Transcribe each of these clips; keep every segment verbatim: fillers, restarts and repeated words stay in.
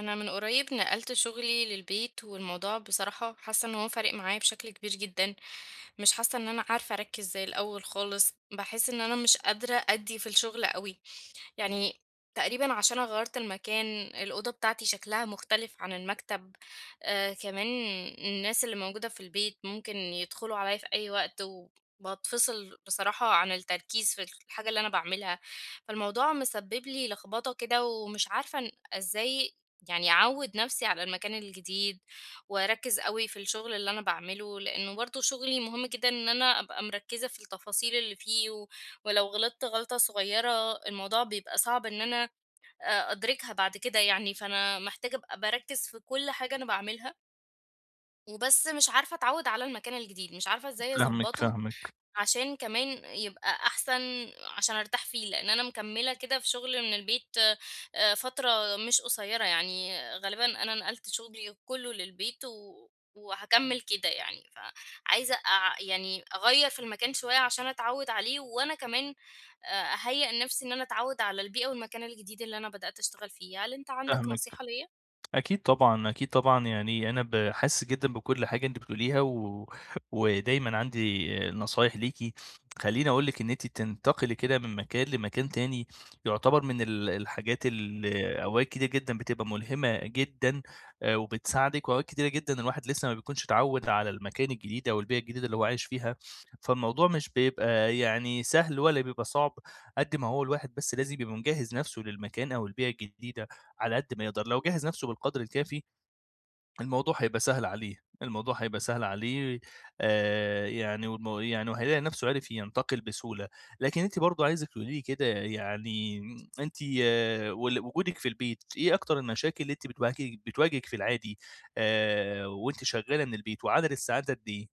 انا من قريب نقلت شغلي للبيت، والموضوع بصراحة حاسة ان هو فارق معايا بشكل كبير جدا. مش حاسة ان انا عارفة اركز زي الاول خالص، بحس ان انا مش قادرة ادي في الشغل قوي. يعني تقريبًا عشان أنا غيّرت المكان، الأوضة بتاعتي شكلها مختلف عن المكتب، آآ كمان الناس اللي موجودة في البيت ممكن يدخلوا عليَّ في أي وقت، وباتفصل بصراحة عن التركيز في الحاجة اللي أنا باعملها، فالموضوع مسبب لي لخبطة كده، ومش عارفة إن إزاي يعني أعوِّد نفسي على المكان الجديد، وأركّز أوي في الشغل اللي أنا باعمله، لإنه برضه شغلي مهم جدًا إن أنا أبقى مركّزة في التفاصيل اللي فيه، و ولو غلطت غلطة صغيرة الموضوع بيبقى صعب إن أنا آآ أدركها بعد كده يعني، فأنا محتاجة أبقى باركّز في كل حاجة أنا باعملها، وبس مش عارفة أتعوّد على المكان الجديد، مش عارفة إزاي فاهمِك، أضبّطه فاهمِك، عشان كمان يبقى أحسن عشان أرتاح فيه، لإن أنا مكمّلة كده في شغل من البيت آآ فترة مش قصيّرة، يعني غالبًا أنا نقلت شغلي كُلّه للبيت و وهاكمّل كده يعني، فعايزة أع يعني أغيّر في المكان شوية عشان أتعوّد عليه، وأنا كمان آآ أهيّأ نَفْسي إن أنا أتعوّد على البيئة والمكان الجديد اللي أنا بدأت أشتغل فيه. هل أنت عندك فاهمِك. نصيحة ليّا؟ أكيد طبعًا، أكيد طبعًا، يعني أنا باحس جدًا بكل حاجة أنتِ بتقوليها و ودايمًا عندي نصايح ليكِ. خلّيني أقول لِك إن أنتِ تنتقلي كده من مكان لمكان تاني، يعتبر من ال الحاجات اللي أوقات كتير جدًا بتبقى ملهمة جدًا آآ وبتساعدِك، وأوقات كتيرة جدًا الواحد لسه ما بيكونش اتعوّد على المكان الجديد أو البيئة الجديدة اللي هو عايش فيها. فالموضوع مش بيبقى يعني سهل ولا بيبقى صعب، قد ما هو الواحد بس لازم يبقى مجهّز نَفْسه للمكان أو البيئة الجديدة. على قد ما يقدر، لو جهّز نَفْسه بالقدْر الكافي، الموضوع هيبقى سهل عليه، الموضوع هيبقى سهل عليه آآ يعني والمو يعني وهيلاقي نَفْسه عِرِف ينتقل بسهولة. لكن أنتِ برضه عايزِك تقولي لي كده، يعني أنتِ آه وال وجودِك في البيت، إيه أكتر المشاكل اللي أنتِ بتواجهِك بتواجهِك في العادي آآ وأنتِ شغّالة من البيت، وعدد الساعات قد إيه؟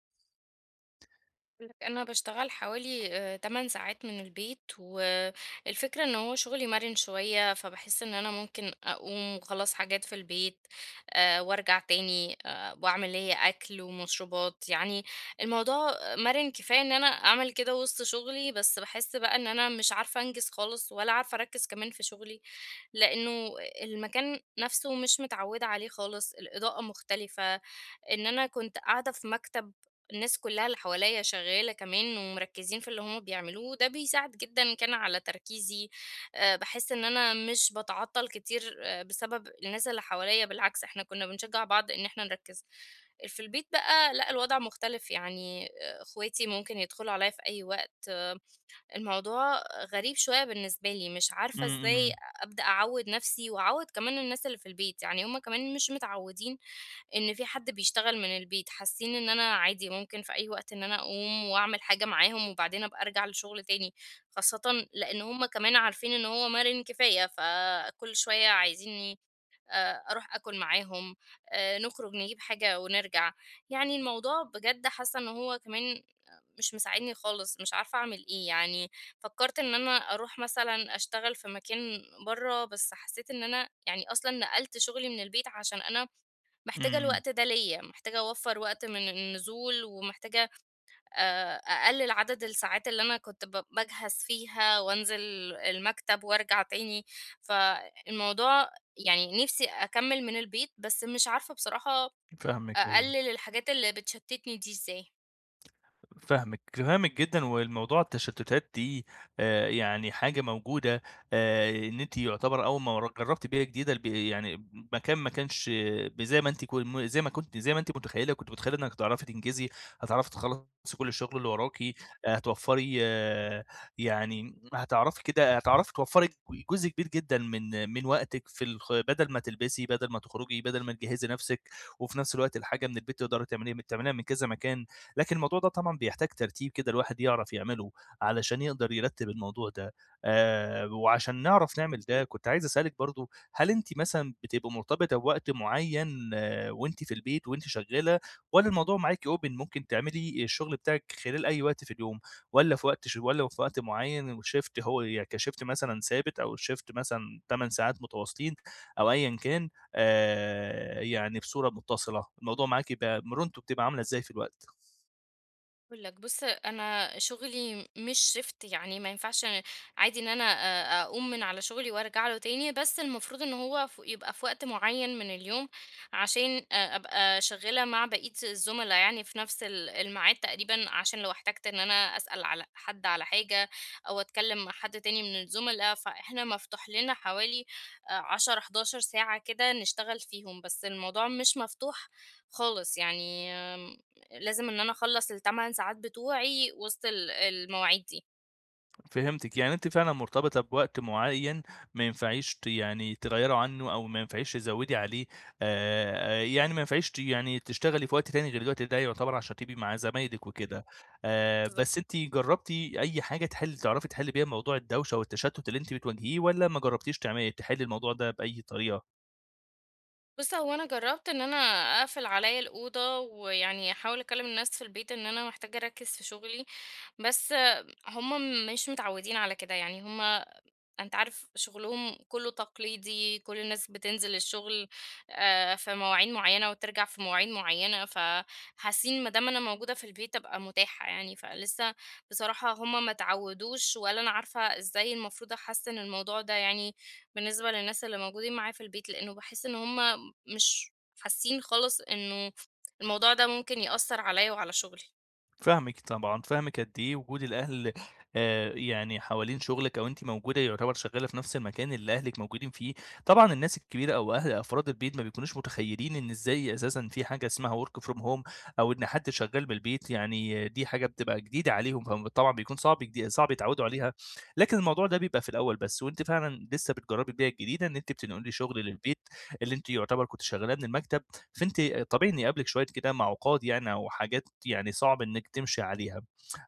أقول لك أنا باشتغل حوالي آه، 8 ساعات من البيت، والفكرة إن هو شغلي مرن شوية فبحس إن أنا ممكن أقوم وخلاص حاجات في البيت، آه، وأرجع تاني، آه، وأعمل ليا أكل ومشروبات. يعني الموضوع مرن كفاية إن أنا أعمل كده وسط شغلي، بس بحس بقى إن أنا مش عارفة أنجز خالص، ولا عارفة أركز كمان في شغلي، لأنه المكان نفسه مش متعودة عليه خالص، الإضاءة مختلفة، ان انا كنت قاعده في مكتب الناس كلها اللي حواليّا شغّالة كمان ومركّزين في اللي هم بيعملوه، وده بيساعد جدًا كان على تركيزي. آآ باحس إن أنا مش باتعطّل كتير آآ بسبب الناس اللي حواليّا، بالعكس إحنا كُنّا بنشجّع بعض إن إحنا نركّز. في البيت بقى لأ، الوضع مختلف، يعني آآ إخواتي ممكن يدخلوا عليّا في أي وقت، الموضوع غريب شوية بالنسبة لي، مش عارفة إمم، إزاي إمم، أبدأ أعوّد نَفْسي وأعوّد كمان الناس اللي في البيت، يعني هم كمان مش متعوّدين إن في حد بيشتغل من البيت، حاسين إن أنا عادي ممكن في أي وقت إن أنا أقوم وأعمل حاجة معاهم وبعدين أبقى أرجع للشغل تاني، خاصةً لإن هم كمان عارفين إن هو مرن كفاية، فكل شوية عايزينّي آآ أروح آكل معاهم، آآ نخرج نجيب حاجة ونرجع، يعني الموضوع بجد حاسة إن هو كمان مش مساعدني خالص، مش عارفة أعمل إيه. يعني فكرت إن أنا أروح مثلًا أشتغل في مكان برّه، بس حسيت إن أنا يعني أصلًا نقلت شغلي من البيت عشان أنا محتاجة إمم، الوقت ده ليّا، محتاجة أوفّر وقت من النزول، ومحتاجة آآ أقلل عدد الساعات اللي أنا كنت ب باجهز فيها وأنزل المكتب وأرجع تاني، فالموضوع يعني نِفْسي أكمّل من البيت، بس مش عارفة بصراحة فاهمِك، أيوه. أقلل الحاجات اللي بتشتتني دي إزاي. فاهمِك، فاهمِك جدًا. والموضوع التشتتات دي آآ، يعني حاجة موجودة، آآ، إن أنتِ يعتبر أول ما ر جربتِ بيئة جديدة، الب يعني مكان ما كانش ب زي ما أنتِ كو م زي ما كنتِ زي ما أنتِ متخيلة، كنتِ متخيلة إنِك هتعرفي تنجزي، هتعرفي تخلصي كل الشغل اللي وراكِ، هتوفري آه، يعني هتعرفي كده هتعرفي توفري جزء كبير جدًا من من وقتِك في الخ بدل ما تلبسي، بدل ما تخرجي، بدل ما تجهزي نفسِك، وفي نفس الوقت الحاجة من البيت تقدري تعمليها تعمليها من كذا مكان. لكن الموضوع ده طبعًا بيحتاج ترتيب كده الواحد يعرف يعمله، علشان يقدر يرتّب الموضوع ده. آآ وعشان نعرف نعمل ده كنت عايز أسألِك برضه، هل أنتِ مثلًا بتبقي مرتبطة بوقت معيّن آه وأنتِ في البيت وأنتِ شغّالة، والّا الموضوع معاكِ open ممكن تعملي الشغل بتاعِك خلال أي وقت في اليوم، والّا في وقت ش والّا في وقت معيّن، والshift هو ي كshift مثلًا ثابت، أو الshift مثلًا ثماني ساعات متواصلين أو أيًا كان، آآ يعني بصورة متصلة، الموضوع معاكِ بقى مرونته بتبقى عاملة إزاي في الوقت؟ هاقول لك بُص، أنا شغلي مش shift، يعني ما ينفعش أنا- عادي إن أنا أ أقوم من على شغلي وأرجع له تاني، بس المفروض إن هو ف يبقى في وقت معين من اليوم، عشان أ أبقى شغّالة مع بقية الزملا يعني في نفس ال الميعاد تقريبًا، عشان لو احتجت إن أنا أسأل على حد على حاجة أو أتكلم مع حد تاني من الزملا، فإحنا مفتوح لنا حوالي آآ عشر، حداشر ساعة كده نشتغل فيهم، بس الموضوع مش مفتوح خالص يعني، آمم لازم إن أنا أخلّص التمن ساعات بتوعي وسط ال المواعيد دي. فهمتِك، يعني أنتِ فعلًا مرتبطة بوقت معيّن، ما ينفعيش ت يعني تغيّري عنّه أو ما ينفعيش تزوّدي عليه، آآ، يعني ما ينفعيش ت يعني تشتغلي في وقت تاني غير الوقت ده يعتبر عشان تبقي مع زمايلِك وكده. آآ، بس بالضبط. أنتِ جرّبتِ أي حاجة تحلّي، تعرفي تحلّي بيها موضوع الدوشة والتشتُّت اللي أنتِ بتواجهيه، والّا ما جرّبتيش تعم تحلّي الموضوع ده بأي طريقة؟ بُص، هو أنا جرّبت إن أنا أقفل عليّا الأوضة، ويعني أحاول أكلّم الناس في البيت إن أنا محتاجة أركّز في شغلي، بس هُم مش متعوّدين على كده، يعني هُم أنت عارف شغلهم كلّه تقليدي، كل الناس بتنزل الشغل آآ في مواعيد معيّنة وترجع في مواعيد معيّنة، فحاسين ما دام أنا موجودة في البيت أبقى متاحة يعني، فلسه بصراحة هم ما اتعوّدوش، ولا أنا عارفة إزاي المفروض أحسّن الموضوع ده يعني بالنسبة للناس اللي موجودين معايا في البيت، لإنه باحس إن هم مش حاسين خالص إنه الموضوع ده ممكن يأثّر عليّا وعلى شغلي. فاهمِك طبعًا، فاهمِك قد إيه وجود الأهل آآ، يعني حوالين شغلِك، أو أنتِ موجودة يعتبر شغّالة في نفس المكان اللي أهلِك موجودين فيه. طبعًا الناس الكبيرة أو أهل أفراد البيت ما بيكونوش متخيّلين إن إزاي أساسًا في حاجة اسمها work from home أو إن حد شغّال من البيت، يعني دي حاجة بتبقى جديدة عليهم، فطبعًا بيكون صعب جدي صعب يتعوّدوا عليها. لكن الموضوع ده بيبقى في الأول بس، وأنتِ فعلًا لسه بتجرّبي البيئة الجديدة إن أنتِ بتنقلي شغل للبيت اللي أنتِ يعتبر كنتِ شغّالاه من المكتب. فأنتِ طبيعي إني أقابلِك شوية كده معوقات، يعني أو حاجات يعني صعب إنِّك تمشي عليها،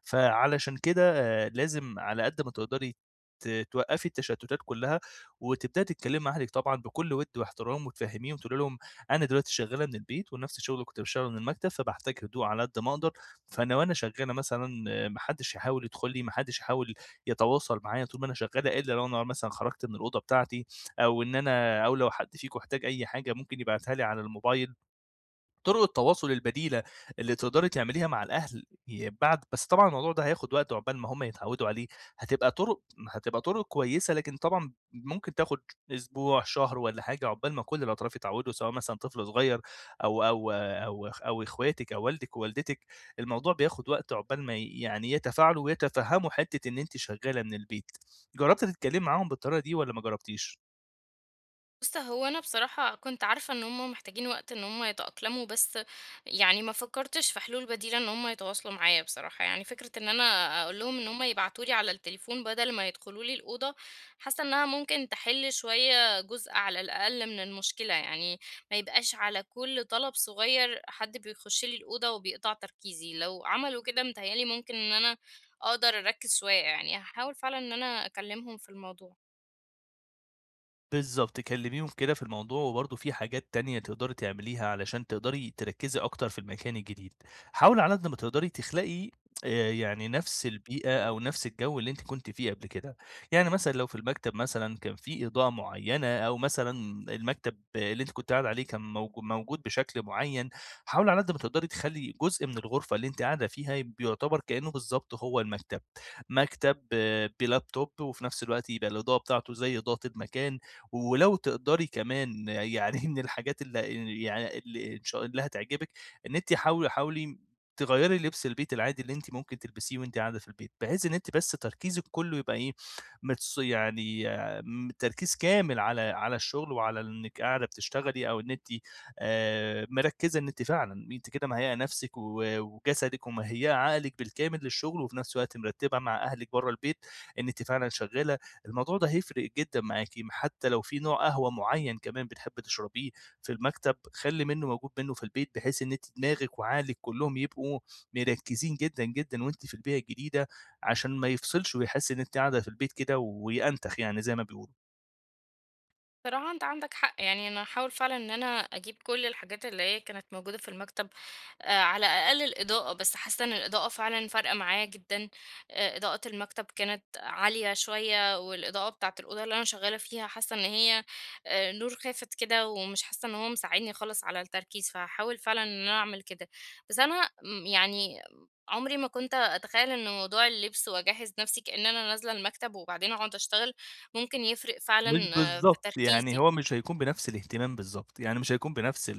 فعلشان كده آآ لازم على قد ما تقدري ت توقّفي التشتتات كلّها، وتبدئي تتكلمي مع أهلِك طبعًا بكل وِد واحترام، وتفهّميهم تقولي لهم أنا دلوقتي شغّالة من البيت ونَفْس الشغل اللي كنت باشتغله من المكتب، فباحتاج هدوء على قد ما أقدر. فأنا وأنا شغّالة مثلًا آه، ما حدّش يحاول يدخل لي، ما حدّش يحاول يتواصل معايا طول ما أنا شغّالة إلا لو أنا مثلًا خرجت من الأوضة بتاعتي، أو إن أنا أو لو حد فيكم احتاج أي حاجة ممكن يبعتها لي على الموبايل. طرق التواصل البديلة اللي تقدري تعمليها مع الأهل ي بعد، بس طبعًا الموضوع ده هياخد وقت عقبال ما هُم يتعودوا عليه، هتبقى طرق هتبقى طرق كويسة، لكن طبعًا ممكن تاخد أسبوع، شهر والّا حاجة عقبال ما كل الأطراف يتعودوا، سواء مثلًا طفل صغير أو أو أو أخ أو إخواتِك أو والدِك ووالدتِك. الموضوع بياخد وقت عقبال ما ي- يعني يتفاعلوا ويتفهموا حتة إن أنتِ شغالة من البيت. جربتِ تتكلمي معاهم بالطريقة دي والّا ما جربتيش؟ بُص، هو أنا بصراحة كنت عارفة إن هم محتاجين وقت إن هم يتأقلموا، بس يعني ما فكّرتش في حلول بديلة إن هم يتواصلوا معايا بصراحة، يعني فكرة إن أنا أقول لهم إن هم يبعتوا لي على التليفون بدل ما يدخلوا لي الأوضة، حاسة إنها ممكن تحل شوية جزء على الأقل من المشكلة، يعني ما يبقاش على كل طلب صغير حد بيخش لي الأوضة وبيقطع تركيزي، لو عملوا كده متهيأ لي ممكن إن أنا أقدر أركّز شوية، يعني هاحاول فعلًا إن أنا أكلمهم في الموضوع. بالضبط، كلّميهم كده في الموضوع، وبرضه في حاجات تانية تقدري تعمليها علشان تقدري تركّزي أكتر في المكان الجديد. حاولي على قد ما تقدري تخلقي آآ يعني نَفْس البيئة أو نَفْس الجَو اللي أنتِ كنتِ فيه قبل كده. يعني مثلًا لو في المكتب مثلًا كان في إضاءة معيّنة، أو مثلًا المكتب اللي أنتِ كنتِ قاعدة عليه كان موجو موجود بشكل معيّن، حاولي على قد ما تقدري تخلّي جزء من الغرفة اللي أنتِ قاعدة فيها بيُعتبر كإنّه بالضبط هو المكتب. مكتب آه، بلابتوب، وفي نَفْس الوقت يبقى الإضاءة بتاعته زي إضاءة المكان. ولو تقدري كمان يعني من الحاجات اللي يعني اللي إن شاء اللي هتعجبِك، إن أنتِ حاولي حاولي تغيّري لبس البيت العادي اللي أنتِ ممكن تلبسيه وأنتِ قاعدة في البيت، بحيث إن أنتِ بس تركيزِك كلّه يبقى إيه، متص يعني آه، م تركيز كامل على على الشغل وعلى إنِّك قاعدة بتشتغلي، أو إن أنتِ آآ مركّزة إن أنتِ فعلًا أنتِ كده مهيّئة نَفْسِك و وجسدِك ومهيّئة عقلِك بالكامل للشغل، وفي نَفْس الوقت مرتّبة مع أهلِك برّه البيت إن أنتِ فعلًا شغّالة. الموضوع ده هيفرق جدًا معاكِ، حتى لو في نوع قهوة معين كمان بتحبي تشربيه في المكتب، خلّي منه موجود منه في البيت، بحيث إن أنتِ دماغِك وعقلِك كلّهم يبقوا مركّزين جدًا، جدًا وأنتِ في البيئة الجديدة، عشان ما يفصلش ويحس إن أنتِ قاعدة في البيت كده ويأنتخ، يعني زي ما بيقولوا. صراحة انت عندك حق، يعني انا هحاول فعلا ان انا اجيب كل الحاجات اللي هي كانت موجودة في المكتب، آه، على الاقل الاضاءة، بس حاسة ان الاضاءة فعلا فارقة معايا جدا. آه، اضاءة المكتب كانت عالية شوية، والاضاءة بتاعة الأوضة اللي انا شغالة فيها حاسة ان هي آه، نور خافت كده، ومش حاسة ان هو مساعدني خالص على التركيز، فهحاول فعلا ان انا اعمل كده. بس انا م- يعني عمري ما كنت اتخيل ان موضوع اللبس واجهز نفسي كأن انا نازلة المكتب وبعدين اقعد اشتغل ممكن يفرق فعلا مش في بالضبط، يعني تركيزي. هو مش هيكون بنفس الاهتمام بالضبط، يعني مش هيكون بنفس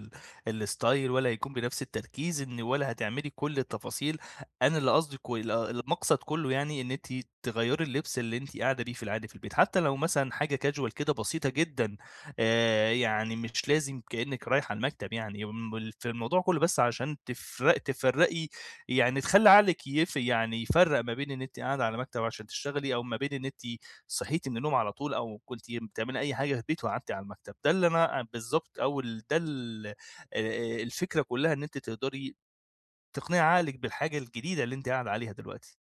ال الstyle، ولا هيكون بنفس التركيز إن ولا هتعملي كل التفاصيل. أنا اللي قصدي كو ال المقصد كله، يعني إن أنتِ تغيّري اللبس اللي أنتِ قاعدة بيه في العادي في البيت، حتى لو مثلًا حاجة casual كده بسيطة جدًا. آآ يعني مش لازم كإنِّك رايحة المكتب يعني، م في الموضوع كله بس عشان تفر تفرّقي، يعني تخلّي عقلِك يف يعني يفرّق ما بين إن أنتِ قاعدة على مكتب عشان تشتغلي، أو ما بين إن أنتِ صحيتِ من النوم على طول، أو كنتِ بتعملي أي حاجة في البيت وقعدتِ على المكتب. ده اللي أنا بالضبط أو ال ده ال آآ الفكرة كلّها، إن أنتِ تقدري تقنعي عقلِك بالحاجة الجديدة اللي أنتِ قاعدة عليها دلوقتي.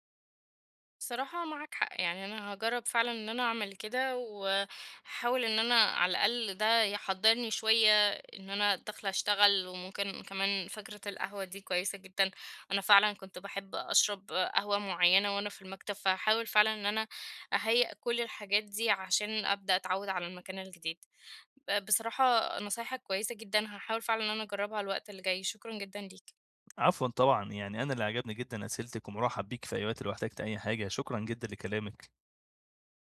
بصراحة معاك حق، يعني أنا هاجرّب فعلًا إن أنا أعمل كده، وهاحاول إن أنا على الأقل ده يحضّرني شوية إن أنا داخلة أشتغل، وممكن كمان فكرة القهوة دي كويسة جدًا، أنا فعلًا كنت باحب أشرب قهوة معيّنة وأنا في المكتب، فهاحاول فعلًا إن أنا أهيّأ كل الحاجات دي عشان أبدأ أتعوّد على المكان الجديد. ب بصراحة نصايحك كويسة جدًا، هاحاول فعلًا إن أنا أجرّبها الوقت اللي جاي، شكرًا جدًا ليك. عفوًا طبعًا، يعني أنا اللي عجبني جدًا أسئلتِك، ومُرحّب بيك في أي وقت لو احتجتِ أي حاجة، شكرًا جدًا لكلامِك.